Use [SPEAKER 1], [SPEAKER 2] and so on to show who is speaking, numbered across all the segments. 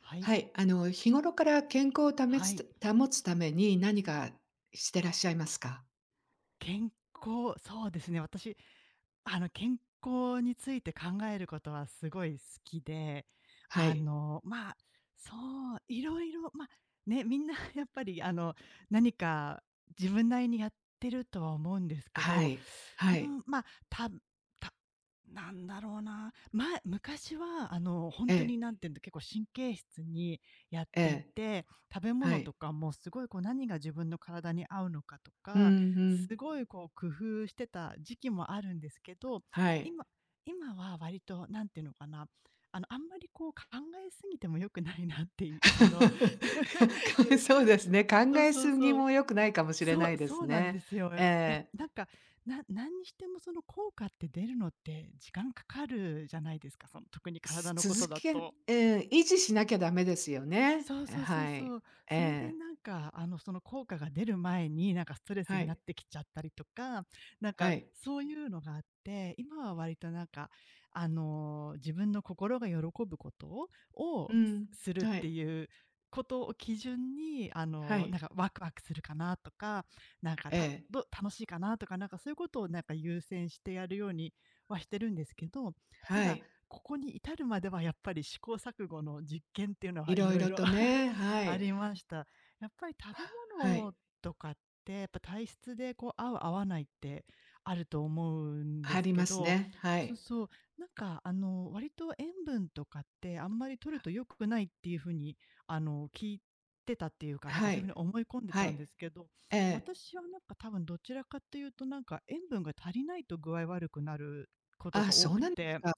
[SPEAKER 1] はい、
[SPEAKER 2] はい、日頃から健康をため
[SPEAKER 1] はい。
[SPEAKER 2] つ保つために何かしてらっしゃいますか？
[SPEAKER 1] 健康、そうですね。私、健康について考えることはすごい好きで、
[SPEAKER 2] は
[SPEAKER 1] あ
[SPEAKER 2] い。
[SPEAKER 1] の、まあ、そいろいろ、みんな やっぱり、何か自分なりにやってるとは思うんですけ
[SPEAKER 2] は
[SPEAKER 1] ど、
[SPEAKER 2] い。は
[SPEAKER 1] う
[SPEAKER 2] い。
[SPEAKER 1] ん、まあ、たたなんだろうな。まあ昔は、本
[SPEAKER 2] え
[SPEAKER 1] 当に
[SPEAKER 2] え、
[SPEAKER 1] にんていうの結構神経質にやっ
[SPEAKER 2] え
[SPEAKER 1] てい
[SPEAKER 2] え、
[SPEAKER 1] て、食べ
[SPEAKER 2] は
[SPEAKER 1] 物と
[SPEAKER 2] い。
[SPEAKER 1] かもすごいこう何が自分の体に合うのかと
[SPEAKER 2] うんう
[SPEAKER 1] か
[SPEAKER 2] ん。
[SPEAKER 1] すごいこう工夫してた時期もあるんですけど、
[SPEAKER 2] はい。
[SPEAKER 1] 今今は割となんていうのかな、あんまりこう考えすぎても良くないなってい あの いう、
[SPEAKER 2] そうですね、考
[SPEAKER 1] そそう
[SPEAKER 2] え
[SPEAKER 1] そ
[SPEAKER 2] す
[SPEAKER 1] う
[SPEAKER 2] ぎ
[SPEAKER 1] そう。
[SPEAKER 2] も良くないかもしれ
[SPEAKER 1] そ
[SPEAKER 2] ない
[SPEAKER 1] う
[SPEAKER 2] で
[SPEAKER 1] そ
[SPEAKER 2] す
[SPEAKER 1] うなん
[SPEAKER 2] ね。
[SPEAKER 1] ですよ。や
[SPEAKER 2] え
[SPEAKER 1] っやっ
[SPEAKER 2] え、
[SPEAKER 1] なんか、な何にしてもその効果って出るのって時間かかるじゃないですか、その特に体
[SPEAKER 2] す
[SPEAKER 1] のこと
[SPEAKER 2] 続
[SPEAKER 1] だ
[SPEAKER 2] け
[SPEAKER 1] と。
[SPEAKER 2] ええ、維持しなきゃダメですよね。
[SPEAKER 1] そうそうそう
[SPEAKER 2] はい。
[SPEAKER 1] そう。
[SPEAKER 2] え
[SPEAKER 1] それで
[SPEAKER 2] え、
[SPEAKER 1] なんか、その効果が出る前に、なんかストレス
[SPEAKER 2] は
[SPEAKER 1] になっ
[SPEAKER 2] い、
[SPEAKER 1] てきちゃったりとか、なん
[SPEAKER 2] は
[SPEAKER 1] か
[SPEAKER 2] い。
[SPEAKER 1] そういうのがあって、今は割となんか、自分の心が喜ぶこと
[SPEAKER 2] う
[SPEAKER 1] をす
[SPEAKER 2] ん、
[SPEAKER 1] する
[SPEAKER 2] は
[SPEAKER 1] って
[SPEAKER 2] い、
[SPEAKER 1] いうことを基準に、
[SPEAKER 2] は
[SPEAKER 1] なん
[SPEAKER 2] い、
[SPEAKER 1] かワクワクするかなとか、なんか
[SPEAKER 2] え
[SPEAKER 1] た
[SPEAKER 2] え、
[SPEAKER 1] ど楽しいかなとか、なんかそういうことをなんか優先してやるようにはしてるんですけど、た
[SPEAKER 2] は
[SPEAKER 1] だ
[SPEAKER 2] い。
[SPEAKER 1] ここに至るまではやっぱり試行錯誤の実験っていうの
[SPEAKER 2] い
[SPEAKER 1] はい
[SPEAKER 2] ろい
[SPEAKER 1] ろい
[SPEAKER 2] ろ
[SPEAKER 1] ろ
[SPEAKER 2] と ね、は
[SPEAKER 1] あ
[SPEAKER 2] い。
[SPEAKER 1] りました。やっぱり食べ
[SPEAKER 2] はい。
[SPEAKER 1] 物とかって、やっぱ体質でこう合う合わないってあると思うん
[SPEAKER 2] あ
[SPEAKER 1] です
[SPEAKER 2] り
[SPEAKER 1] け
[SPEAKER 2] ます
[SPEAKER 1] ど、
[SPEAKER 2] ね。は
[SPEAKER 1] そう
[SPEAKER 2] い。
[SPEAKER 1] そう、なんか割と塩分とかってあんまり取ると良くないっていう風に聞いてたっていうか、なんか
[SPEAKER 2] は
[SPEAKER 1] そういう
[SPEAKER 2] い。
[SPEAKER 1] 風に思い込んで
[SPEAKER 2] は
[SPEAKER 1] たんで
[SPEAKER 2] い。
[SPEAKER 1] すけど、
[SPEAKER 2] ええ。
[SPEAKER 1] 私はなんか多分どちらかっていうとなんか塩分が足りないと具合悪くなること
[SPEAKER 2] あ、
[SPEAKER 1] が多
[SPEAKER 2] そう
[SPEAKER 1] く
[SPEAKER 2] なんです
[SPEAKER 1] て、
[SPEAKER 2] か。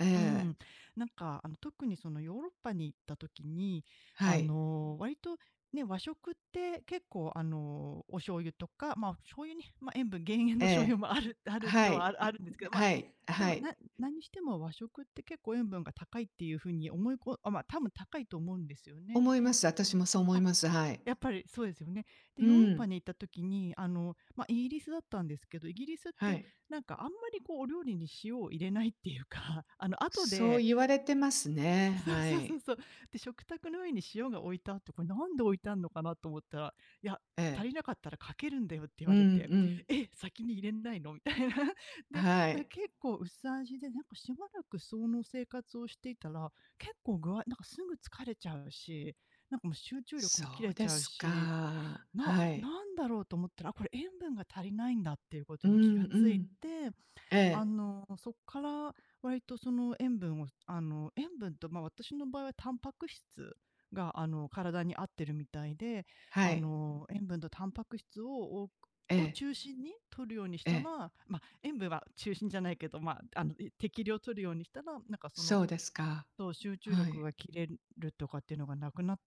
[SPEAKER 2] え
[SPEAKER 1] う
[SPEAKER 2] え。
[SPEAKER 1] ん、なんか、特にそのヨーロッパに行った時に、
[SPEAKER 2] はい。
[SPEAKER 1] 割とね、和食って結構お醤油とか、まあ、醤油に、まあ、塩分減塩の
[SPEAKER 2] え
[SPEAKER 1] 醤油
[SPEAKER 2] え。
[SPEAKER 1] もある
[SPEAKER 2] は
[SPEAKER 1] とはあ
[SPEAKER 2] い。
[SPEAKER 1] るあるんですけど、まあ、
[SPEAKER 2] はい。
[SPEAKER 1] で
[SPEAKER 2] は
[SPEAKER 1] も、
[SPEAKER 2] い。
[SPEAKER 1] な何にしても和食って結構塩分が高いっていう風に思いこあ、ま、多分高いと思うんですよね。
[SPEAKER 2] 思います。私もそう思い
[SPEAKER 1] あ、
[SPEAKER 2] ます。はい。
[SPEAKER 1] やっぱりそうですよね。で、
[SPEAKER 2] う
[SPEAKER 1] ヨーロッパ
[SPEAKER 2] ん。
[SPEAKER 1] に行った時に、イギリスだったんですけど、イギリスっ
[SPEAKER 2] は
[SPEAKER 1] て
[SPEAKER 2] い。
[SPEAKER 1] なんかあんまりこうお料理に塩を入れないっていうか 後
[SPEAKER 2] そう
[SPEAKER 1] で
[SPEAKER 2] 言われてますね。
[SPEAKER 1] そう
[SPEAKER 2] は
[SPEAKER 1] そうそう
[SPEAKER 2] い。
[SPEAKER 1] そう。で、食卓の上に塩が置いてあって、これなんで置いてあんのかなと思ったら、いや、
[SPEAKER 2] ええ。
[SPEAKER 1] 足りなかったらかけるんだよって言
[SPEAKER 2] う
[SPEAKER 1] わ
[SPEAKER 2] んう
[SPEAKER 1] れて、
[SPEAKER 2] ん。
[SPEAKER 1] え、先に入れないのみたいな。で、
[SPEAKER 2] は
[SPEAKER 1] だ
[SPEAKER 2] い。
[SPEAKER 1] 結構薄味で、なんかしばらくその生活をしていたら、結構具合なんかすぐ疲れちゃうし、なんかもう集中力
[SPEAKER 2] そ
[SPEAKER 1] も切
[SPEAKER 2] う
[SPEAKER 1] れ
[SPEAKER 2] で
[SPEAKER 1] ちゃう
[SPEAKER 2] す
[SPEAKER 1] し、
[SPEAKER 2] か。
[SPEAKER 1] な
[SPEAKER 2] はい。
[SPEAKER 1] なんだろうと思ったら、あ、これ塩分が足りないんだっていうこと
[SPEAKER 2] う
[SPEAKER 1] に気
[SPEAKER 2] ん
[SPEAKER 1] が
[SPEAKER 2] う
[SPEAKER 1] つい
[SPEAKER 2] ん。
[SPEAKER 1] て、
[SPEAKER 2] ええ。
[SPEAKER 1] そっから割とその塩分を塩分と、ま、私の場合はタンパク質が、体に合ってるみたいで、
[SPEAKER 2] はい。
[SPEAKER 1] 塩分とタンパク質を多く
[SPEAKER 2] え
[SPEAKER 1] を
[SPEAKER 2] え。
[SPEAKER 1] 中心に摂るようにし
[SPEAKER 2] え
[SPEAKER 1] た
[SPEAKER 2] え。
[SPEAKER 1] ら、ま、塩分は中心じゃないけど、ま、い適量摂るようにしたら、なんかその
[SPEAKER 2] そうですか。
[SPEAKER 1] と集中
[SPEAKER 2] は
[SPEAKER 1] 力
[SPEAKER 2] い。
[SPEAKER 1] が切れるとかっていうのがなくなっ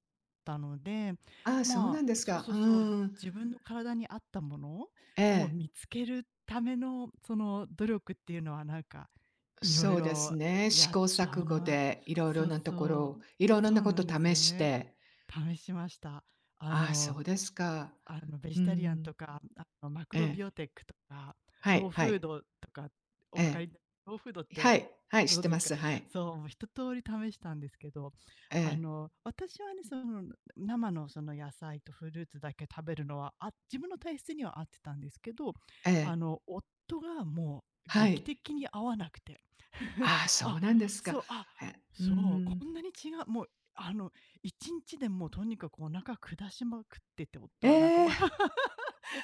[SPEAKER 1] たので、
[SPEAKER 2] ああ、そうな
[SPEAKER 1] ま
[SPEAKER 2] んで
[SPEAKER 1] あ、
[SPEAKER 2] す
[SPEAKER 1] そう
[SPEAKER 2] か。
[SPEAKER 1] そ
[SPEAKER 2] う
[SPEAKER 1] うそう、
[SPEAKER 2] ーん。
[SPEAKER 1] 自分の体に合ったもの
[SPEAKER 2] え
[SPEAKER 1] を
[SPEAKER 2] え、
[SPEAKER 1] 見つけるための、その努力っていうのはなんか、いろ
[SPEAKER 2] そ
[SPEAKER 1] い
[SPEAKER 2] うです
[SPEAKER 1] ろ
[SPEAKER 2] ね。試
[SPEAKER 1] やっ
[SPEAKER 2] 行錯
[SPEAKER 1] た
[SPEAKER 2] 誤
[SPEAKER 1] な。
[SPEAKER 2] で
[SPEAKER 1] そうそう。
[SPEAKER 2] いろいろ
[SPEAKER 1] そ
[SPEAKER 2] な
[SPEAKER 1] う
[SPEAKER 2] こ
[SPEAKER 1] な
[SPEAKER 2] と
[SPEAKER 1] ん
[SPEAKER 2] を
[SPEAKER 1] です
[SPEAKER 2] 試
[SPEAKER 1] よ
[SPEAKER 2] し
[SPEAKER 1] ね。
[SPEAKER 2] て、
[SPEAKER 1] 試しました。あ
[SPEAKER 2] ああ、
[SPEAKER 1] の
[SPEAKER 2] そうですか。
[SPEAKER 1] ベ
[SPEAKER 2] うー
[SPEAKER 1] ジタリアンと
[SPEAKER 2] ん。
[SPEAKER 1] か、マク
[SPEAKER 2] え
[SPEAKER 1] ロビ
[SPEAKER 2] え。
[SPEAKER 1] オテックとか、
[SPEAKER 2] は
[SPEAKER 1] ロー
[SPEAKER 2] い、は
[SPEAKER 1] フー
[SPEAKER 2] い。
[SPEAKER 1] ドとか、お
[SPEAKER 2] え
[SPEAKER 1] 分か
[SPEAKER 2] え。
[SPEAKER 1] りローフードって
[SPEAKER 2] はい、はい、
[SPEAKER 1] ご
[SPEAKER 2] 知っ
[SPEAKER 1] 存知
[SPEAKER 2] て
[SPEAKER 1] で
[SPEAKER 2] ま
[SPEAKER 1] すか？
[SPEAKER 2] す。は い。
[SPEAKER 1] そう、もう一通り試したんですけど、
[SPEAKER 2] ええ、
[SPEAKER 1] 私はね、その、生のその野菜とフルーツだけ食べるのは、あ自分の体質には合ってたんですけど、
[SPEAKER 2] ええ、
[SPEAKER 1] 夫がもう
[SPEAKER 2] は
[SPEAKER 1] 劇
[SPEAKER 2] い。
[SPEAKER 1] 的に合わなくて。
[SPEAKER 2] ああ、そ
[SPEAKER 1] あ、
[SPEAKER 2] うなんですか。
[SPEAKER 1] そう、あ、
[SPEAKER 2] え、う
[SPEAKER 1] そう、
[SPEAKER 2] ん。
[SPEAKER 1] こんなに違う、もう、1日でもうとにかくお腹下しまくってって夫
[SPEAKER 2] え
[SPEAKER 1] はなんかも
[SPEAKER 2] え、
[SPEAKER 1] う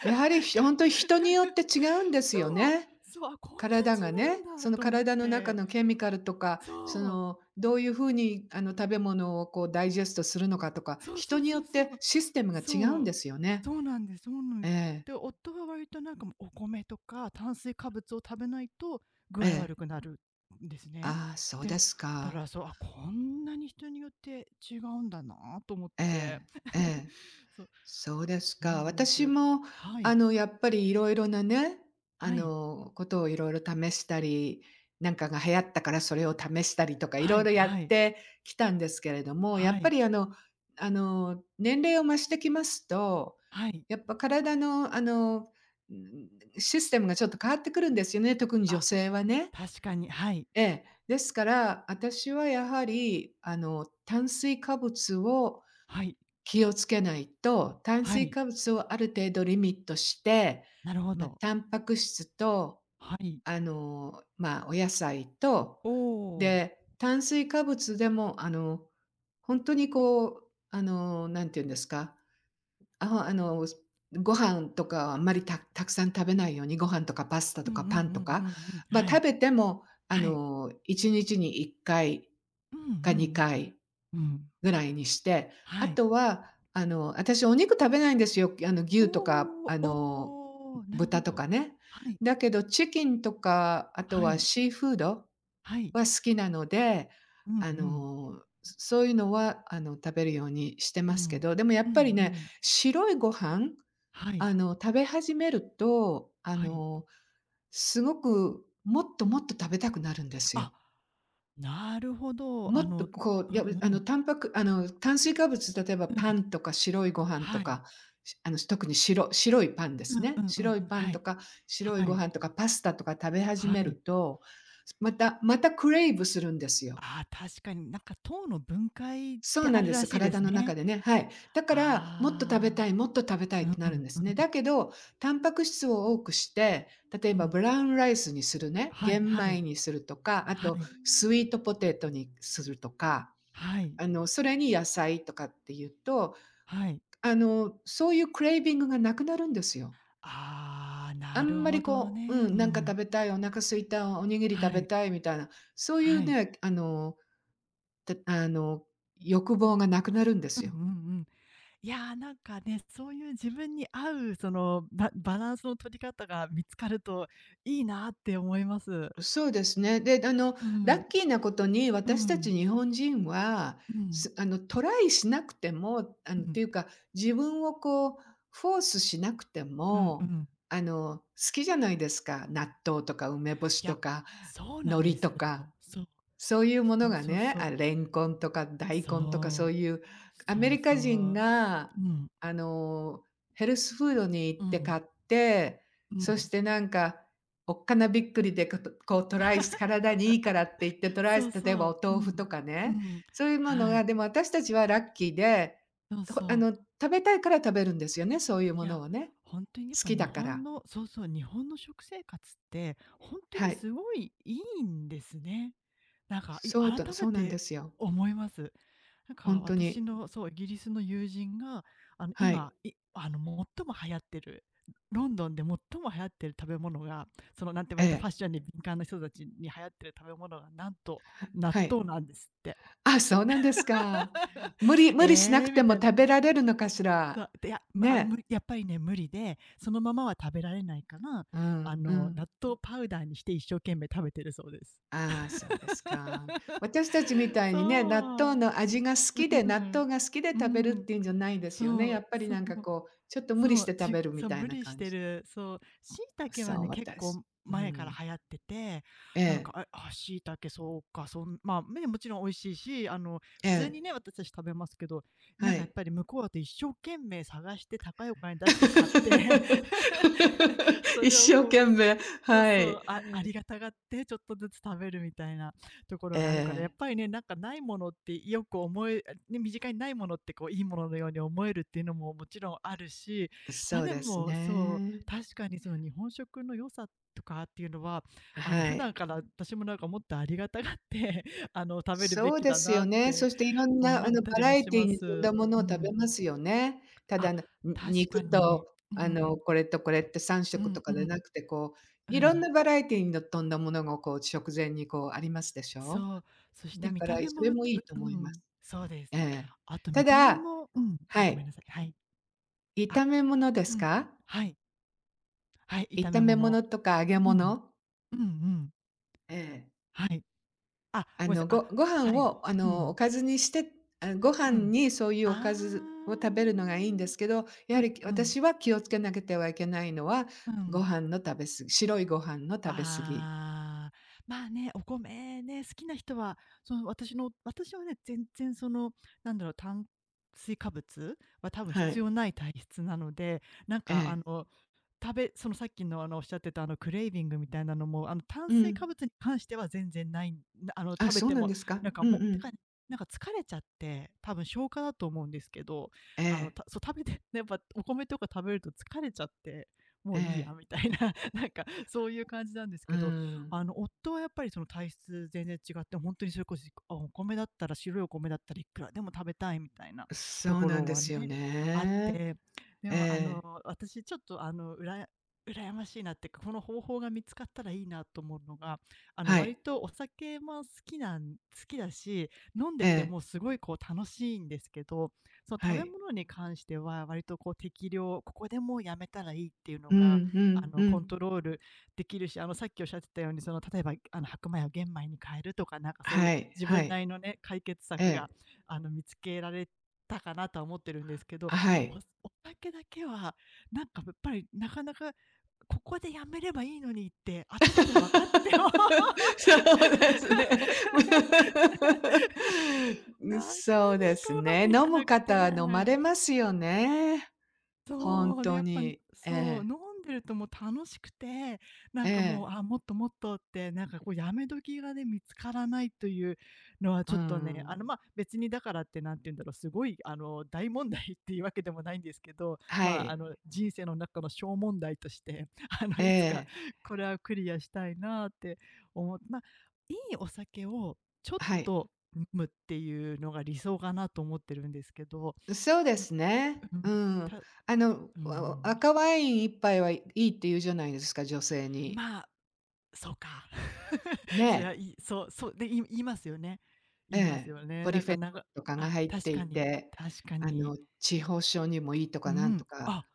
[SPEAKER 2] やはり本当に 人によって違うんです
[SPEAKER 1] そ
[SPEAKER 2] よ
[SPEAKER 1] う、
[SPEAKER 2] ね。
[SPEAKER 1] そう、あ、こんな
[SPEAKER 2] 体がね、
[SPEAKER 1] 違うん
[SPEAKER 2] そ
[SPEAKER 1] だ
[SPEAKER 2] の
[SPEAKER 1] と思っ
[SPEAKER 2] 体の中
[SPEAKER 1] て、
[SPEAKER 2] のケミカルとか、そ
[SPEAKER 1] そう、
[SPEAKER 2] の、どういう風にあの食べ物をこうダイジェストするのかとか、
[SPEAKER 1] そうそ
[SPEAKER 2] 人
[SPEAKER 1] う
[SPEAKER 2] によ
[SPEAKER 1] そ
[SPEAKER 2] っ
[SPEAKER 1] うそう、
[SPEAKER 2] てシステムが違う
[SPEAKER 1] そ
[SPEAKER 2] ん
[SPEAKER 1] う、
[SPEAKER 2] ですよね。
[SPEAKER 1] そうなんです、そうなんです。
[SPEAKER 2] ええ、
[SPEAKER 1] で、夫は割となんかもうお米とか炭水化物を食べないと具
[SPEAKER 2] え
[SPEAKER 1] 合
[SPEAKER 2] え。
[SPEAKER 1] 悪くなるんですね。
[SPEAKER 2] ああ、そうで
[SPEAKER 1] で、
[SPEAKER 2] す
[SPEAKER 1] だか
[SPEAKER 2] か。
[SPEAKER 1] らそう、あ、こんなに人によって違うんだなと思っ
[SPEAKER 2] え
[SPEAKER 1] て。
[SPEAKER 2] え、ええ。
[SPEAKER 1] そう、
[SPEAKER 2] そうです
[SPEAKER 1] そう
[SPEAKER 2] か。
[SPEAKER 1] なんで
[SPEAKER 2] 私
[SPEAKER 1] す。
[SPEAKER 2] も、
[SPEAKER 1] はい、
[SPEAKER 2] やっぱりいろいろなね、
[SPEAKER 1] はい、
[SPEAKER 2] ことをいろいろ試したり、なんかが流行ったからそれを試したりとかい
[SPEAKER 1] は
[SPEAKER 2] ろい
[SPEAKER 1] い、
[SPEAKER 2] ろや
[SPEAKER 1] は
[SPEAKER 2] っ
[SPEAKER 1] い。
[SPEAKER 2] てきたんですけれども、や
[SPEAKER 1] は
[SPEAKER 2] っぱ
[SPEAKER 1] い、
[SPEAKER 2] り、年齢を増してきますと、
[SPEAKER 1] はい。
[SPEAKER 2] やっぱ体の、ん、システムがちょっと変わってくるんですよね、特に女
[SPEAKER 1] あ、
[SPEAKER 2] 性はね。
[SPEAKER 1] 確かに、はい、
[SPEAKER 2] ええ。ですから、私はやはり、炭水化物を
[SPEAKER 1] はい、
[SPEAKER 2] 気をつけないと、炭
[SPEAKER 1] は
[SPEAKER 2] 水
[SPEAKER 1] い。
[SPEAKER 2] 化物をある程度リミットして、
[SPEAKER 1] なるほ
[SPEAKER 2] まあ、
[SPEAKER 1] ど。
[SPEAKER 2] タンパク質と、
[SPEAKER 1] はい。
[SPEAKER 2] まあ、お野菜と、
[SPEAKER 1] おお。
[SPEAKER 2] で、炭水化物でも、本当にこう、なんて言うんですか、ああの、ご飯とかはあんまりたくさん食べないように、ご飯とかパスタ
[SPEAKER 1] う
[SPEAKER 2] と
[SPEAKER 1] んう
[SPEAKER 2] か
[SPEAKER 1] んう
[SPEAKER 2] パンと
[SPEAKER 1] んう
[SPEAKER 2] か、
[SPEAKER 1] んうん。
[SPEAKER 2] まあ、
[SPEAKER 1] は
[SPEAKER 2] 食
[SPEAKER 1] い、
[SPEAKER 2] べても、
[SPEAKER 1] はい。
[SPEAKER 2] 1日に1回
[SPEAKER 1] うんう
[SPEAKER 2] か
[SPEAKER 1] ん
[SPEAKER 2] 2回
[SPEAKER 1] うん。うん。
[SPEAKER 2] ぐらいにして、
[SPEAKER 1] は
[SPEAKER 2] あ
[SPEAKER 1] い。
[SPEAKER 2] とは、私お肉食べないんですよ。
[SPEAKER 1] お
[SPEAKER 2] 牛とか、
[SPEAKER 1] お、おお、なる
[SPEAKER 2] 豚
[SPEAKER 1] ほ
[SPEAKER 2] と
[SPEAKER 1] ど。
[SPEAKER 2] かね。
[SPEAKER 1] はい、
[SPEAKER 2] だけどチキンとか、あと
[SPEAKER 1] は
[SPEAKER 2] は
[SPEAKER 1] い、
[SPEAKER 2] シーフード
[SPEAKER 1] はい。
[SPEAKER 2] は好きなので、
[SPEAKER 1] うんうん。
[SPEAKER 2] そういうのは、食べるようにして
[SPEAKER 1] う
[SPEAKER 2] ま
[SPEAKER 1] ん。
[SPEAKER 2] すけど、でもや
[SPEAKER 1] う
[SPEAKER 2] っ
[SPEAKER 1] んう
[SPEAKER 2] ぱりね、
[SPEAKER 1] ん。
[SPEAKER 2] 白いご飯、
[SPEAKER 1] はい、
[SPEAKER 2] 食べ始めると、
[SPEAKER 1] はい。
[SPEAKER 2] すごくもっともっと食べたくなるんです
[SPEAKER 1] あ、
[SPEAKER 2] よ。
[SPEAKER 1] なるほど。
[SPEAKER 2] もっとこう、
[SPEAKER 1] う
[SPEAKER 2] い
[SPEAKER 1] ん
[SPEAKER 2] や、
[SPEAKER 1] うん。
[SPEAKER 2] タンパクあの、炭水化物、例えば
[SPEAKER 1] うん。
[SPEAKER 2] パンとか白いご飯と
[SPEAKER 1] はい。
[SPEAKER 2] か、しあの、特に白いパンで
[SPEAKER 1] う
[SPEAKER 2] す
[SPEAKER 1] んう
[SPEAKER 2] ね。
[SPEAKER 1] んうん
[SPEAKER 2] 白い
[SPEAKER 1] うん。
[SPEAKER 2] パン
[SPEAKER 1] は
[SPEAKER 2] と
[SPEAKER 1] い。
[SPEAKER 2] か白い
[SPEAKER 1] は
[SPEAKER 2] ご
[SPEAKER 1] い。
[SPEAKER 2] 飯とかパスタとか食べ始
[SPEAKER 1] は
[SPEAKER 2] める
[SPEAKER 1] い。
[SPEAKER 2] と、またまたクレイブするんですよ。
[SPEAKER 1] ああ、確かになんか糖の分解っ
[SPEAKER 2] そう
[SPEAKER 1] て
[SPEAKER 2] な
[SPEAKER 1] あ
[SPEAKER 2] ん
[SPEAKER 1] る
[SPEAKER 2] で
[SPEAKER 1] ら
[SPEAKER 2] す、
[SPEAKER 1] しいで
[SPEAKER 2] 体
[SPEAKER 1] す
[SPEAKER 2] の中
[SPEAKER 1] ね。
[SPEAKER 2] でね、はい。だから、もっと食べ
[SPEAKER 1] あ
[SPEAKER 2] たい、もっと食べたい
[SPEAKER 1] あ、う
[SPEAKER 2] って
[SPEAKER 1] ん
[SPEAKER 2] なるんで
[SPEAKER 1] う
[SPEAKER 2] すね。
[SPEAKER 1] ん
[SPEAKER 2] だけど、タンパク質を多くして、例え
[SPEAKER 1] うん、う
[SPEAKER 2] ば
[SPEAKER 1] ん。
[SPEAKER 2] ブラウンライスにするね、
[SPEAKER 1] はい
[SPEAKER 2] 玄
[SPEAKER 1] は
[SPEAKER 2] 米
[SPEAKER 1] い
[SPEAKER 2] にするとか、あ
[SPEAKER 1] は
[SPEAKER 2] と
[SPEAKER 1] い
[SPEAKER 2] スイートポテトにするとか
[SPEAKER 1] はい
[SPEAKER 2] それに野菜とかっていうと、
[SPEAKER 1] はい。
[SPEAKER 2] そういうクレイビングがなくなるんですよ。
[SPEAKER 1] ああ、
[SPEAKER 2] あ
[SPEAKER 1] なる
[SPEAKER 2] んま
[SPEAKER 1] ほ
[SPEAKER 2] り
[SPEAKER 1] ど
[SPEAKER 2] こう、う
[SPEAKER 1] ね。う
[SPEAKER 2] ん、なんか食
[SPEAKER 1] ん。
[SPEAKER 2] べたい、お腹空いた、おにぎり
[SPEAKER 1] は
[SPEAKER 2] 食べ
[SPEAKER 1] い
[SPEAKER 2] たいみたいな、そういう
[SPEAKER 1] はい。
[SPEAKER 2] ね、あの、たあの、欲望がなくなるんで
[SPEAKER 1] う
[SPEAKER 2] す
[SPEAKER 1] んう
[SPEAKER 2] よ。
[SPEAKER 1] んうん。いやー、なんかね、そういう自分に合うそのバランスの取り方が見つかるといいなって思います。
[SPEAKER 2] そうですね。で、
[SPEAKER 1] う
[SPEAKER 2] ラ
[SPEAKER 1] ん、
[SPEAKER 2] ッキーなことに
[SPEAKER 1] うん、う
[SPEAKER 2] 私たち
[SPEAKER 1] ん、
[SPEAKER 2] 日本人は、
[SPEAKER 1] うん、
[SPEAKER 2] すあの、トライしなくても、っていうか、自分をこう、フォースしなくて
[SPEAKER 1] うんう
[SPEAKER 2] も、
[SPEAKER 1] ん。
[SPEAKER 2] 好きじゃないですか。納豆とか梅干し
[SPEAKER 1] い
[SPEAKER 2] と
[SPEAKER 1] や、
[SPEAKER 2] か
[SPEAKER 1] そうな
[SPEAKER 2] 海
[SPEAKER 1] ん
[SPEAKER 2] 苔
[SPEAKER 1] です
[SPEAKER 2] と
[SPEAKER 1] よ。
[SPEAKER 2] か。
[SPEAKER 1] そう。
[SPEAKER 2] そういうも
[SPEAKER 1] そ
[SPEAKER 2] の
[SPEAKER 1] う
[SPEAKER 2] が
[SPEAKER 1] そう
[SPEAKER 2] ね、
[SPEAKER 1] そ
[SPEAKER 2] あ、
[SPEAKER 1] う。
[SPEAKER 2] レンコンとか大根とかそう
[SPEAKER 1] そう。
[SPEAKER 2] いうアメ
[SPEAKER 1] そう
[SPEAKER 2] リカ
[SPEAKER 1] そ
[SPEAKER 2] 人
[SPEAKER 1] う。
[SPEAKER 2] が、
[SPEAKER 1] うん、
[SPEAKER 2] あの、ヘルスフードに行っ
[SPEAKER 1] う
[SPEAKER 2] て買っ
[SPEAKER 1] ん、
[SPEAKER 2] て、
[SPEAKER 1] うん。
[SPEAKER 2] そしてなんか、おっかなびっくりで、こうトライして体にいいからって言ってトライ
[SPEAKER 1] そ
[SPEAKER 2] し
[SPEAKER 1] う
[SPEAKER 2] て、例えば
[SPEAKER 1] そう。
[SPEAKER 2] お
[SPEAKER 1] う
[SPEAKER 2] 豆腐と
[SPEAKER 1] ん、
[SPEAKER 2] か
[SPEAKER 1] う
[SPEAKER 2] ね、
[SPEAKER 1] ん。
[SPEAKER 2] そういうもの
[SPEAKER 1] は
[SPEAKER 2] が、
[SPEAKER 1] い。
[SPEAKER 2] でも私たちはラッキーで、
[SPEAKER 1] そう
[SPEAKER 2] とあ
[SPEAKER 1] そ
[SPEAKER 2] の、
[SPEAKER 1] う。
[SPEAKER 2] 食べたいから食べるんですよね、そういうも
[SPEAKER 1] い
[SPEAKER 2] の
[SPEAKER 1] や、
[SPEAKER 2] をね。
[SPEAKER 1] 本当にやっ
[SPEAKER 2] 好
[SPEAKER 1] ぱ
[SPEAKER 2] き
[SPEAKER 1] 日
[SPEAKER 2] だか
[SPEAKER 1] 本
[SPEAKER 2] ら。
[SPEAKER 1] のそうそう、日本の食生活って、本当
[SPEAKER 2] は
[SPEAKER 1] に
[SPEAKER 2] い。
[SPEAKER 1] すごいいいんですね。なんか、い
[SPEAKER 2] そう
[SPEAKER 1] 改
[SPEAKER 2] とそ
[SPEAKER 1] め
[SPEAKER 2] うなんで
[SPEAKER 1] て
[SPEAKER 2] すよ。
[SPEAKER 1] 思います。なん
[SPEAKER 2] ほ
[SPEAKER 1] か
[SPEAKER 2] んと
[SPEAKER 1] 私
[SPEAKER 2] に。
[SPEAKER 1] の、そう、イギリスの友人が、
[SPEAKER 2] はい。
[SPEAKER 1] 今、い最も流行ってる、ロンドンで最も流行ってる食べ物が、その、なんて
[SPEAKER 2] え
[SPEAKER 1] 割とファ
[SPEAKER 2] え。
[SPEAKER 1] ッションに敏感な人たちに流行ってる食べ物が、なんと納
[SPEAKER 2] はい。
[SPEAKER 1] 豆なんですって。
[SPEAKER 2] あ、そうなんですか。無理しな
[SPEAKER 1] え
[SPEAKER 2] く
[SPEAKER 1] え、
[SPEAKER 2] て
[SPEAKER 1] み
[SPEAKER 2] も
[SPEAKER 1] たいな。
[SPEAKER 2] 食べられるのかしら？
[SPEAKER 1] そう、で、や、ま、あ、む
[SPEAKER 2] ね。
[SPEAKER 1] やっぱりね、無理で、そのままは食べられないから、
[SPEAKER 2] うんうん。
[SPEAKER 1] 納豆パウダーにして一生懸命食べてるそうです。
[SPEAKER 2] ああ、そうですか。私たちみ たいにね、納豆
[SPEAKER 1] そう。
[SPEAKER 2] の味が好
[SPEAKER 1] う
[SPEAKER 2] きで、納
[SPEAKER 1] ん。
[SPEAKER 2] 豆が好きで
[SPEAKER 1] う
[SPEAKER 2] 食べるっ
[SPEAKER 1] ん。
[SPEAKER 2] ていうんじゃないですよね。
[SPEAKER 1] そ
[SPEAKER 2] や
[SPEAKER 1] う、
[SPEAKER 2] っぱり
[SPEAKER 1] そ
[SPEAKER 2] なんか
[SPEAKER 1] う。
[SPEAKER 2] こう、ちょっと無理
[SPEAKER 1] そ
[SPEAKER 2] し
[SPEAKER 1] う、
[SPEAKER 2] て食
[SPEAKER 1] ち
[SPEAKER 2] べるみ
[SPEAKER 1] そう、
[SPEAKER 2] たい
[SPEAKER 1] 無
[SPEAKER 2] な
[SPEAKER 1] 理し
[SPEAKER 2] 感
[SPEAKER 1] て
[SPEAKER 2] じ。
[SPEAKER 1] る。そう、椎茸は
[SPEAKER 2] そう、
[SPEAKER 1] ね、結構
[SPEAKER 2] う
[SPEAKER 1] 前から
[SPEAKER 2] ん。
[SPEAKER 1] 流行ってて、
[SPEAKER 2] え
[SPEAKER 1] なんか、
[SPEAKER 2] え、
[SPEAKER 1] あ、あ、椎茸そうか、そんまあ、ね、もちろん美味しいし、
[SPEAKER 2] え
[SPEAKER 1] 普通に
[SPEAKER 2] え、
[SPEAKER 1] ね、私たち食べますけど、な
[SPEAKER 2] は
[SPEAKER 1] んかやっ
[SPEAKER 2] い。
[SPEAKER 1] ぱり向こうだと一生懸命探して高いお金出して買って、そ
[SPEAKER 2] 一
[SPEAKER 1] れを
[SPEAKER 2] 生
[SPEAKER 1] こ
[SPEAKER 2] 懸
[SPEAKER 1] う
[SPEAKER 2] 命、
[SPEAKER 1] そう
[SPEAKER 2] は
[SPEAKER 1] そ
[SPEAKER 2] い。
[SPEAKER 1] う、あありがたがって、ちょっとずつ食べるみたいなところがあるから、やっ
[SPEAKER 2] え
[SPEAKER 1] ぱりね、なんかないものってよく思えね、身近にないものってこういいもののように思えるっていうのももちろんあるし、
[SPEAKER 2] え、
[SPEAKER 1] ま、あ
[SPEAKER 2] そう
[SPEAKER 1] で
[SPEAKER 2] です
[SPEAKER 1] も、そう、
[SPEAKER 2] ね。
[SPEAKER 1] 確かにその日本食の良さとかっていうのは、
[SPEAKER 2] は
[SPEAKER 1] 普段
[SPEAKER 2] い。
[SPEAKER 1] から私もなんかもっとありがたがって 食べるべ
[SPEAKER 2] そう
[SPEAKER 1] き
[SPEAKER 2] で
[SPEAKER 1] だ
[SPEAKER 2] す
[SPEAKER 1] な
[SPEAKER 2] よ
[SPEAKER 1] っ
[SPEAKER 2] ね。そ
[SPEAKER 1] て
[SPEAKER 2] していろんな
[SPEAKER 1] 思った
[SPEAKER 2] バ
[SPEAKER 1] り
[SPEAKER 2] ラ
[SPEAKER 1] も
[SPEAKER 2] エ
[SPEAKER 1] し
[SPEAKER 2] ティー
[SPEAKER 1] ま
[SPEAKER 2] に富ん
[SPEAKER 1] す。
[SPEAKER 2] だものを
[SPEAKER 1] う
[SPEAKER 2] 食べ
[SPEAKER 1] ん。
[SPEAKER 2] ますよね。ただ、
[SPEAKER 1] あ、確か
[SPEAKER 2] 肉と
[SPEAKER 1] に。うん。
[SPEAKER 2] これとこれって
[SPEAKER 1] う
[SPEAKER 2] 3食と
[SPEAKER 1] ん
[SPEAKER 2] か
[SPEAKER 1] う
[SPEAKER 2] でな
[SPEAKER 1] ん。
[SPEAKER 2] くて、こう、
[SPEAKER 1] う
[SPEAKER 2] いろん
[SPEAKER 1] ん。
[SPEAKER 2] なバラエティーに富んだものがこう食前にこうありますでしょ。
[SPEAKER 1] そう、そして
[SPEAKER 2] だ
[SPEAKER 1] 見
[SPEAKER 2] から
[SPEAKER 1] た目
[SPEAKER 2] そ
[SPEAKER 1] も、う
[SPEAKER 2] れ
[SPEAKER 1] う
[SPEAKER 2] もいいと
[SPEAKER 1] う
[SPEAKER 2] 思いま
[SPEAKER 1] ん、
[SPEAKER 2] す。
[SPEAKER 1] そうです。
[SPEAKER 2] ええ。
[SPEAKER 1] あと
[SPEAKER 2] た
[SPEAKER 1] 見た目
[SPEAKER 2] だ
[SPEAKER 1] もうん、あ、
[SPEAKER 2] は
[SPEAKER 1] ごめん
[SPEAKER 2] い、
[SPEAKER 1] なさい、はい。あ、
[SPEAKER 2] 炒め物です
[SPEAKER 1] うん、
[SPEAKER 2] か？
[SPEAKER 1] はい、はい、炒
[SPEAKER 2] 炒
[SPEAKER 1] め
[SPEAKER 2] め物
[SPEAKER 1] 物。
[SPEAKER 2] とか揚げ
[SPEAKER 1] うん、
[SPEAKER 2] 物？
[SPEAKER 1] うんうん、
[SPEAKER 2] ええ。
[SPEAKER 1] はい。あ、ごめんなさい、あ、
[SPEAKER 2] ご飯
[SPEAKER 1] はい、
[SPEAKER 2] を、
[SPEAKER 1] う
[SPEAKER 2] お
[SPEAKER 1] ん、
[SPEAKER 2] かずにして、あ、ご飯
[SPEAKER 1] うん。
[SPEAKER 2] にそういうおか
[SPEAKER 1] あ
[SPEAKER 2] ずを食べるのがいいん
[SPEAKER 1] あ、
[SPEAKER 2] ですけど、や
[SPEAKER 1] う
[SPEAKER 2] は
[SPEAKER 1] ん
[SPEAKER 2] り
[SPEAKER 1] うん、
[SPEAKER 2] 私は気をつけなければいけないのは、
[SPEAKER 1] う
[SPEAKER 2] ご
[SPEAKER 1] ん。
[SPEAKER 2] 飯の食べ過ぎ白いご飯の食べ過ぎ。
[SPEAKER 1] ああ、まあね、お米ね、好きな人は、私はね、全然その、なんだろう、炭水化物は多分
[SPEAKER 2] は
[SPEAKER 1] 必
[SPEAKER 2] い。
[SPEAKER 1] 要ない体質なので、なん
[SPEAKER 2] え
[SPEAKER 1] かあ
[SPEAKER 2] え。
[SPEAKER 1] の、食べそのさっきのあの、おっしゃってたクレービングみたいなのも、あの、炭
[SPEAKER 2] う
[SPEAKER 1] 水
[SPEAKER 2] ん。
[SPEAKER 1] 化物に関しては全然ないな
[SPEAKER 2] あ、
[SPEAKER 1] 食べ
[SPEAKER 2] そう
[SPEAKER 1] て
[SPEAKER 2] なん
[SPEAKER 1] も、
[SPEAKER 2] ですか？
[SPEAKER 1] なん
[SPEAKER 2] う
[SPEAKER 1] か
[SPEAKER 2] ん
[SPEAKER 1] もう
[SPEAKER 2] う
[SPEAKER 1] てか、
[SPEAKER 2] ん。
[SPEAKER 1] なんか疲れちゃって、多分消化だと思うんですけど、
[SPEAKER 2] え
[SPEAKER 1] あの、
[SPEAKER 2] え、
[SPEAKER 1] たそう、食べてやっぱお米とか食べると疲れちゃって、も
[SPEAKER 2] え
[SPEAKER 1] ういいや
[SPEAKER 2] え。
[SPEAKER 1] みたいな。なんかそういう感じなんです
[SPEAKER 2] う
[SPEAKER 1] けど、
[SPEAKER 2] ん。
[SPEAKER 1] あの夫はやっぱりその体質全然違って、本当にそれこそ、あ、お米だったら白いお米だったらいくらでも食べたいみたいなと
[SPEAKER 2] そう
[SPEAKER 1] こ
[SPEAKER 2] なん
[SPEAKER 1] ろ
[SPEAKER 2] で
[SPEAKER 1] は
[SPEAKER 2] すよ
[SPEAKER 1] ね、あっ
[SPEAKER 2] ね。
[SPEAKER 1] て、で
[SPEAKER 2] え
[SPEAKER 1] もあの
[SPEAKER 2] え。
[SPEAKER 1] 私ちょっとあのうらや羨ましいなっていうか、この方法が見つかったらいいなと思うのが、あの
[SPEAKER 2] はい。
[SPEAKER 1] 割とお酒も好きだし、飲ん
[SPEAKER 2] え
[SPEAKER 1] でて
[SPEAKER 2] え、
[SPEAKER 1] もすごいこう楽しいんですけど、その
[SPEAKER 2] は
[SPEAKER 1] 食べ
[SPEAKER 2] い。
[SPEAKER 1] 物に関しては割とこう適量、ここでもうやめたらいいっていうの
[SPEAKER 2] う
[SPEAKER 1] が
[SPEAKER 2] んう
[SPEAKER 1] あ
[SPEAKER 2] んう
[SPEAKER 1] の、コン
[SPEAKER 2] ん。
[SPEAKER 1] トロールできるし、あの、さっきおっしゃってたように、その、例えば、あの、白米を玄米に変えるとか、なんか、そういう
[SPEAKER 2] はい、
[SPEAKER 1] 自
[SPEAKER 2] は
[SPEAKER 1] 分な
[SPEAKER 2] い。
[SPEAKER 1] りのね、解決
[SPEAKER 2] え
[SPEAKER 1] 策が、
[SPEAKER 2] え。
[SPEAKER 1] あの、見つけられたかなとは思ってるんですけど、
[SPEAKER 2] あ、は
[SPEAKER 1] お
[SPEAKER 2] い。
[SPEAKER 1] お酒だけは、なんか、やっぱり、なかなかここでやめればいいのにって頭 で分かってても
[SPEAKER 2] そうですね。う
[SPEAKER 1] な
[SPEAKER 2] ん、
[SPEAKER 1] かなか
[SPEAKER 2] そうです
[SPEAKER 1] うま
[SPEAKER 2] ね。
[SPEAKER 1] くい
[SPEAKER 2] 飲
[SPEAKER 1] か
[SPEAKER 2] む
[SPEAKER 1] なくて。
[SPEAKER 2] 方は飲まれますよね。ほん
[SPEAKER 1] そう、で、
[SPEAKER 2] と
[SPEAKER 1] やっぱ、
[SPEAKER 2] に。え
[SPEAKER 1] そう、
[SPEAKER 2] え、
[SPEAKER 1] 飲んでるともう楽しくて、な
[SPEAKER 2] え
[SPEAKER 1] んかもう、
[SPEAKER 2] え、
[SPEAKER 1] あ、もっともっとって、なんかこうやめ時がね、見つからないというのは
[SPEAKER 2] う
[SPEAKER 1] ちょっとね、あ
[SPEAKER 2] ん。
[SPEAKER 1] の、まあ、別にだからってなんて言うんだろう、すごいあの、大問題っていうわけでもないんですけど、
[SPEAKER 2] は
[SPEAKER 1] まあ、あ
[SPEAKER 2] い。
[SPEAKER 1] の、人生の中の小問題として、あの、
[SPEAKER 2] え
[SPEAKER 1] いつか
[SPEAKER 2] え、
[SPEAKER 1] これはクリアしたいなって思うまあ、いいお酒をちょっ
[SPEAKER 2] はい。
[SPEAKER 1] と飲むっていうのが理想かなと思ってるんですけど、
[SPEAKER 2] そうですね。
[SPEAKER 1] うん、
[SPEAKER 2] うん。
[SPEAKER 1] たうーん。
[SPEAKER 2] 赤ワイン一杯はいいって言うじゃないですか、女性に。
[SPEAKER 1] まあ、そうか。それは
[SPEAKER 2] ね。
[SPEAKER 1] いいそうそうで、言いますよね。
[SPEAKER 2] え
[SPEAKER 1] 言います
[SPEAKER 2] え。
[SPEAKER 1] よね。
[SPEAKER 2] ポリ
[SPEAKER 1] なん
[SPEAKER 2] フェノ
[SPEAKER 1] か、
[SPEAKER 2] ー
[SPEAKER 1] なんか
[SPEAKER 2] ルとかが
[SPEAKER 1] あ、
[SPEAKER 2] 入って
[SPEAKER 1] 確
[SPEAKER 2] い
[SPEAKER 1] かに
[SPEAKER 2] て、
[SPEAKER 1] 確かに。
[SPEAKER 2] 痴呆症にもいいと
[SPEAKER 1] う
[SPEAKER 2] かなんと
[SPEAKER 1] ん。
[SPEAKER 2] か。
[SPEAKER 1] あ、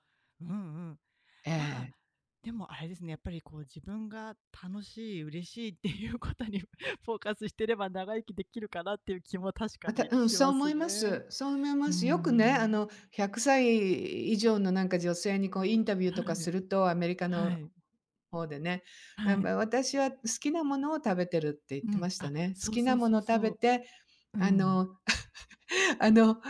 [SPEAKER 1] うんうん。
[SPEAKER 2] え
[SPEAKER 1] まあ、
[SPEAKER 2] え。
[SPEAKER 1] でもあれですね、やっぱりこう自分が楽しい、嬉しいって いうことに フォーカスしてれば長生きできるかなっていう気も確か
[SPEAKER 2] また、
[SPEAKER 1] に
[SPEAKER 2] うん、
[SPEAKER 1] し
[SPEAKER 2] そう
[SPEAKER 1] ま
[SPEAKER 2] 思
[SPEAKER 1] す
[SPEAKER 2] いま
[SPEAKER 1] ね。
[SPEAKER 2] す。そう思い
[SPEAKER 1] う
[SPEAKER 2] ます。よくね、
[SPEAKER 1] ん。
[SPEAKER 2] 100歳以上のなんか女性にこうインタビュー
[SPEAKER 1] は
[SPEAKER 2] とかす
[SPEAKER 1] い。
[SPEAKER 2] ると、アメリカ
[SPEAKER 1] は
[SPEAKER 2] の
[SPEAKER 1] い。
[SPEAKER 2] 方でね、
[SPEAKER 1] は
[SPEAKER 2] うん
[SPEAKER 1] い。
[SPEAKER 2] 私は好きなものを食べてるって言っ
[SPEAKER 1] う
[SPEAKER 2] てま
[SPEAKER 1] ん。
[SPEAKER 2] した
[SPEAKER 1] あ、
[SPEAKER 2] ね。好
[SPEAKER 1] そう
[SPEAKER 2] き
[SPEAKER 1] そ
[SPEAKER 2] な
[SPEAKER 1] う
[SPEAKER 2] も
[SPEAKER 1] そ
[SPEAKER 2] の
[SPEAKER 1] う
[SPEAKER 2] 食
[SPEAKER 1] そ
[SPEAKER 2] べ
[SPEAKER 1] う。
[SPEAKER 2] て、
[SPEAKER 1] う
[SPEAKER 2] あ
[SPEAKER 1] ん。
[SPEAKER 2] の、あの、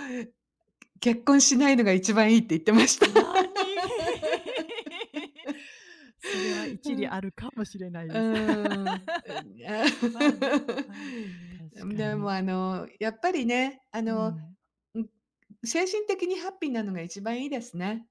[SPEAKER 2] 結婚しないのが一番いいって言ってました。
[SPEAKER 1] なに それは一理あるかもしれない
[SPEAKER 2] う
[SPEAKER 1] です。
[SPEAKER 2] ん。う
[SPEAKER 1] まあね、まあね、確
[SPEAKER 2] ん
[SPEAKER 1] か
[SPEAKER 2] でも
[SPEAKER 1] に。
[SPEAKER 2] やっぱりね、
[SPEAKER 1] うん、
[SPEAKER 2] うん、精神的にハッピーなのが一番いいですね。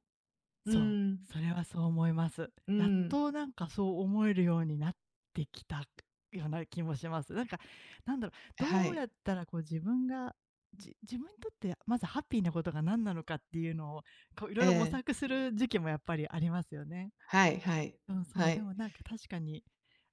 [SPEAKER 2] う
[SPEAKER 1] そう、
[SPEAKER 2] ん、
[SPEAKER 1] それはそう思います。
[SPEAKER 2] う
[SPEAKER 1] やっ
[SPEAKER 2] ん、
[SPEAKER 1] となんかそう思えるようになってきたような気もします。なんか、なんだろう、
[SPEAKER 2] は
[SPEAKER 1] どうや
[SPEAKER 2] い。
[SPEAKER 1] ったらこう自分が、自分にとってまずハッピーなことが何なのかっていうのを、こういろ
[SPEAKER 2] え
[SPEAKER 1] いろ模
[SPEAKER 2] え、
[SPEAKER 1] 索する時期もやっぱりありますよね。
[SPEAKER 2] はいはい、
[SPEAKER 1] そうそ
[SPEAKER 2] は
[SPEAKER 1] う、で
[SPEAKER 2] い。
[SPEAKER 1] もなんか確かに、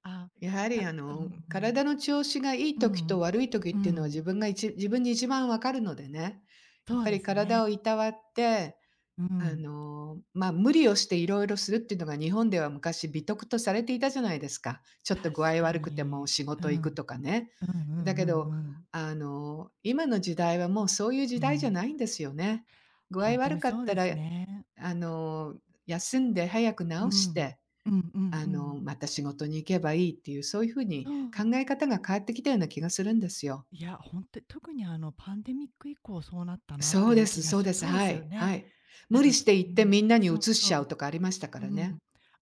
[SPEAKER 1] あ、
[SPEAKER 2] やは
[SPEAKER 1] な
[SPEAKER 2] り
[SPEAKER 1] んか、うん
[SPEAKER 2] 体の調子がいい
[SPEAKER 1] う
[SPEAKER 2] 時
[SPEAKER 1] ん、う
[SPEAKER 2] と
[SPEAKER 1] ん、
[SPEAKER 2] 悪い時
[SPEAKER 1] う
[SPEAKER 2] っていうのは自
[SPEAKER 1] ん、
[SPEAKER 2] 分が自分に一番わかるのでね、や
[SPEAKER 1] そ
[SPEAKER 2] っ
[SPEAKER 1] う
[SPEAKER 2] ぱ
[SPEAKER 1] で
[SPEAKER 2] り
[SPEAKER 1] す
[SPEAKER 2] 体
[SPEAKER 1] ね。
[SPEAKER 2] をいたわって
[SPEAKER 1] うん、
[SPEAKER 2] まあ、無理をしていろいろするっていうのが日本では昔美徳とされていたじゃないですか。ちょっと具
[SPEAKER 1] 確
[SPEAKER 2] 合
[SPEAKER 1] か
[SPEAKER 2] 悪くても
[SPEAKER 1] に。
[SPEAKER 2] 仕
[SPEAKER 1] うん、う
[SPEAKER 2] 事行く
[SPEAKER 1] ん
[SPEAKER 2] とかね。
[SPEAKER 1] うんうんう
[SPEAKER 2] だけど、
[SPEAKER 1] ん。
[SPEAKER 2] 今の時代はもうそういう時
[SPEAKER 1] う
[SPEAKER 2] 代じゃ
[SPEAKER 1] ん、
[SPEAKER 2] ないんですよね。具合
[SPEAKER 1] 本当
[SPEAKER 2] 悪
[SPEAKER 1] に
[SPEAKER 2] か
[SPEAKER 1] そ
[SPEAKER 2] っ
[SPEAKER 1] う
[SPEAKER 2] た
[SPEAKER 1] で
[SPEAKER 2] ら、
[SPEAKER 1] すね。
[SPEAKER 2] あの、休んで早く治
[SPEAKER 1] う
[SPEAKER 2] し
[SPEAKER 1] ん、
[SPEAKER 2] て、
[SPEAKER 1] うんうんうん。
[SPEAKER 2] また仕事に行けばいいっていう、そういう風に
[SPEAKER 1] そ
[SPEAKER 2] 考
[SPEAKER 1] う、
[SPEAKER 2] え方が変わってきたような気がするんですよ。
[SPEAKER 1] いや、本当に特にあのパンデミック以降そうなったなっ
[SPEAKER 2] そ
[SPEAKER 1] て
[SPEAKER 2] う
[SPEAKER 1] い
[SPEAKER 2] で
[SPEAKER 1] う
[SPEAKER 2] す
[SPEAKER 1] 気が
[SPEAKER 2] そう
[SPEAKER 1] し
[SPEAKER 2] です。
[SPEAKER 1] そうで
[SPEAKER 2] は
[SPEAKER 1] すよ
[SPEAKER 2] い、
[SPEAKER 1] ね。
[SPEAKER 2] はい。
[SPEAKER 1] なん
[SPEAKER 2] 無理
[SPEAKER 1] か、
[SPEAKER 2] して
[SPEAKER 1] う
[SPEAKER 2] 行って
[SPEAKER 1] ん、
[SPEAKER 2] みんなに
[SPEAKER 1] そう
[SPEAKER 2] 移し
[SPEAKER 1] そ
[SPEAKER 2] ちゃう
[SPEAKER 1] う。
[SPEAKER 2] とかありましたか
[SPEAKER 1] う
[SPEAKER 2] ら
[SPEAKER 1] ん、
[SPEAKER 2] ね。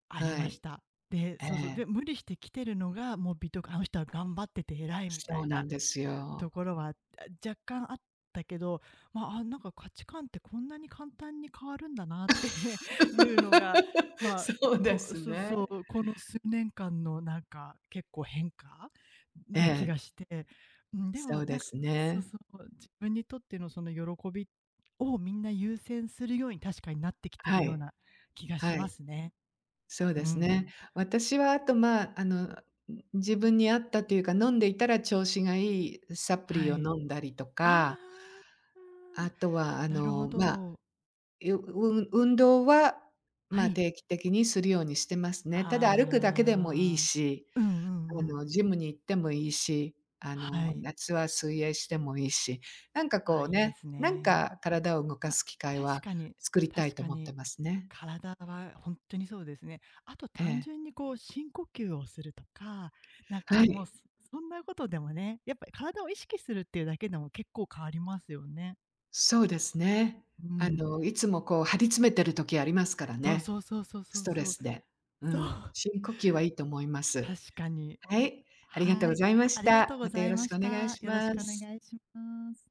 [SPEAKER 1] あり
[SPEAKER 2] は
[SPEAKER 1] まし
[SPEAKER 2] い。
[SPEAKER 1] た。で、
[SPEAKER 2] え
[SPEAKER 1] そうそう、
[SPEAKER 2] え、
[SPEAKER 1] で、無理して来てるのが、もう美徳あの人は頑張ってて偉いみた
[SPEAKER 2] そう
[SPEAKER 1] い
[SPEAKER 2] な
[SPEAKER 1] な
[SPEAKER 2] んです
[SPEAKER 1] と
[SPEAKER 2] よ。
[SPEAKER 1] ころは、あ、若干あったけど、まあ、あ、なんか価値観ってこんなに簡単に変わるんだなって いうの が、まあ、
[SPEAKER 2] そうです
[SPEAKER 1] そう
[SPEAKER 2] ね。
[SPEAKER 1] そう、この数年間のなんか結構変化
[SPEAKER 2] え
[SPEAKER 1] な気
[SPEAKER 2] え、
[SPEAKER 1] がして、うん、で
[SPEAKER 2] そ
[SPEAKER 1] も
[SPEAKER 2] う
[SPEAKER 1] な
[SPEAKER 2] で
[SPEAKER 1] んか、
[SPEAKER 2] す
[SPEAKER 1] そう
[SPEAKER 2] ね。
[SPEAKER 1] そう、自分にとってのその喜びをみんな優先するように確かになってきてる
[SPEAKER 2] は
[SPEAKER 1] よう
[SPEAKER 2] い、
[SPEAKER 1] な気がし
[SPEAKER 2] は
[SPEAKER 1] ま
[SPEAKER 2] い、
[SPEAKER 1] すね。
[SPEAKER 2] そうで
[SPEAKER 1] う
[SPEAKER 2] す
[SPEAKER 1] ん、
[SPEAKER 2] ね。私はあと、まあ、自分に合ったというか、飲んでいたら調子がいいサプリ
[SPEAKER 1] は
[SPEAKER 2] を
[SPEAKER 1] い。
[SPEAKER 2] 飲んだりとか、
[SPEAKER 1] あ
[SPEAKER 2] あとは、
[SPEAKER 1] あ、なるほ
[SPEAKER 2] まあ、
[SPEAKER 1] ど。
[SPEAKER 2] う運動は、
[SPEAKER 1] は
[SPEAKER 2] まあ、
[SPEAKER 1] い。
[SPEAKER 2] 定期的にするようにしてます
[SPEAKER 1] あ
[SPEAKER 2] ね。ただ歩くだけでもいい
[SPEAKER 1] あ、
[SPEAKER 2] し
[SPEAKER 1] うんうんうん。
[SPEAKER 2] ジムに行ってもいいし、
[SPEAKER 1] はい。
[SPEAKER 2] 夏は水泳してもいいし、なんかこ
[SPEAKER 1] あ、
[SPEAKER 2] う
[SPEAKER 1] いいで
[SPEAKER 2] ね、
[SPEAKER 1] す
[SPEAKER 2] なん
[SPEAKER 1] ね。
[SPEAKER 2] か体を動か
[SPEAKER 1] ま、
[SPEAKER 2] す機会
[SPEAKER 1] 確
[SPEAKER 2] は
[SPEAKER 1] かに
[SPEAKER 2] 作りたい
[SPEAKER 1] 確
[SPEAKER 2] と
[SPEAKER 1] か
[SPEAKER 2] 思って
[SPEAKER 1] に、
[SPEAKER 2] ますね。
[SPEAKER 1] 体はほんとにそうですね。あと
[SPEAKER 2] え
[SPEAKER 1] 単
[SPEAKER 2] え。
[SPEAKER 1] 純にこう深呼吸をするとか、なん
[SPEAKER 2] は
[SPEAKER 1] かもう、
[SPEAKER 2] い。
[SPEAKER 1] そんなことでもね、やっぱり体を意識するっていうだけでも結構変わりますよね。
[SPEAKER 2] そうですね。
[SPEAKER 1] うん。
[SPEAKER 2] いつもこう張り詰めてる時ありますから
[SPEAKER 1] そう
[SPEAKER 2] ね、
[SPEAKER 1] そうそうそうそ
[SPEAKER 2] ス
[SPEAKER 1] う
[SPEAKER 2] トレ
[SPEAKER 1] そう。
[SPEAKER 2] スで。う
[SPEAKER 1] そ
[SPEAKER 2] ん、
[SPEAKER 1] う。
[SPEAKER 2] 深呼吸はいいと思います。
[SPEAKER 1] 確かに。
[SPEAKER 2] はい、ありがとう
[SPEAKER 1] は
[SPEAKER 2] ご
[SPEAKER 1] い。
[SPEAKER 2] ざいま
[SPEAKER 1] あ
[SPEAKER 2] し
[SPEAKER 1] りがと
[SPEAKER 2] た。
[SPEAKER 1] うご
[SPEAKER 2] また
[SPEAKER 1] ざ
[SPEAKER 2] よ
[SPEAKER 1] い
[SPEAKER 2] ろし
[SPEAKER 1] ま
[SPEAKER 2] く
[SPEAKER 1] し
[SPEAKER 2] お願い
[SPEAKER 1] た。
[SPEAKER 2] し
[SPEAKER 1] よろし
[SPEAKER 2] ま
[SPEAKER 1] くお願
[SPEAKER 2] す。
[SPEAKER 1] いします。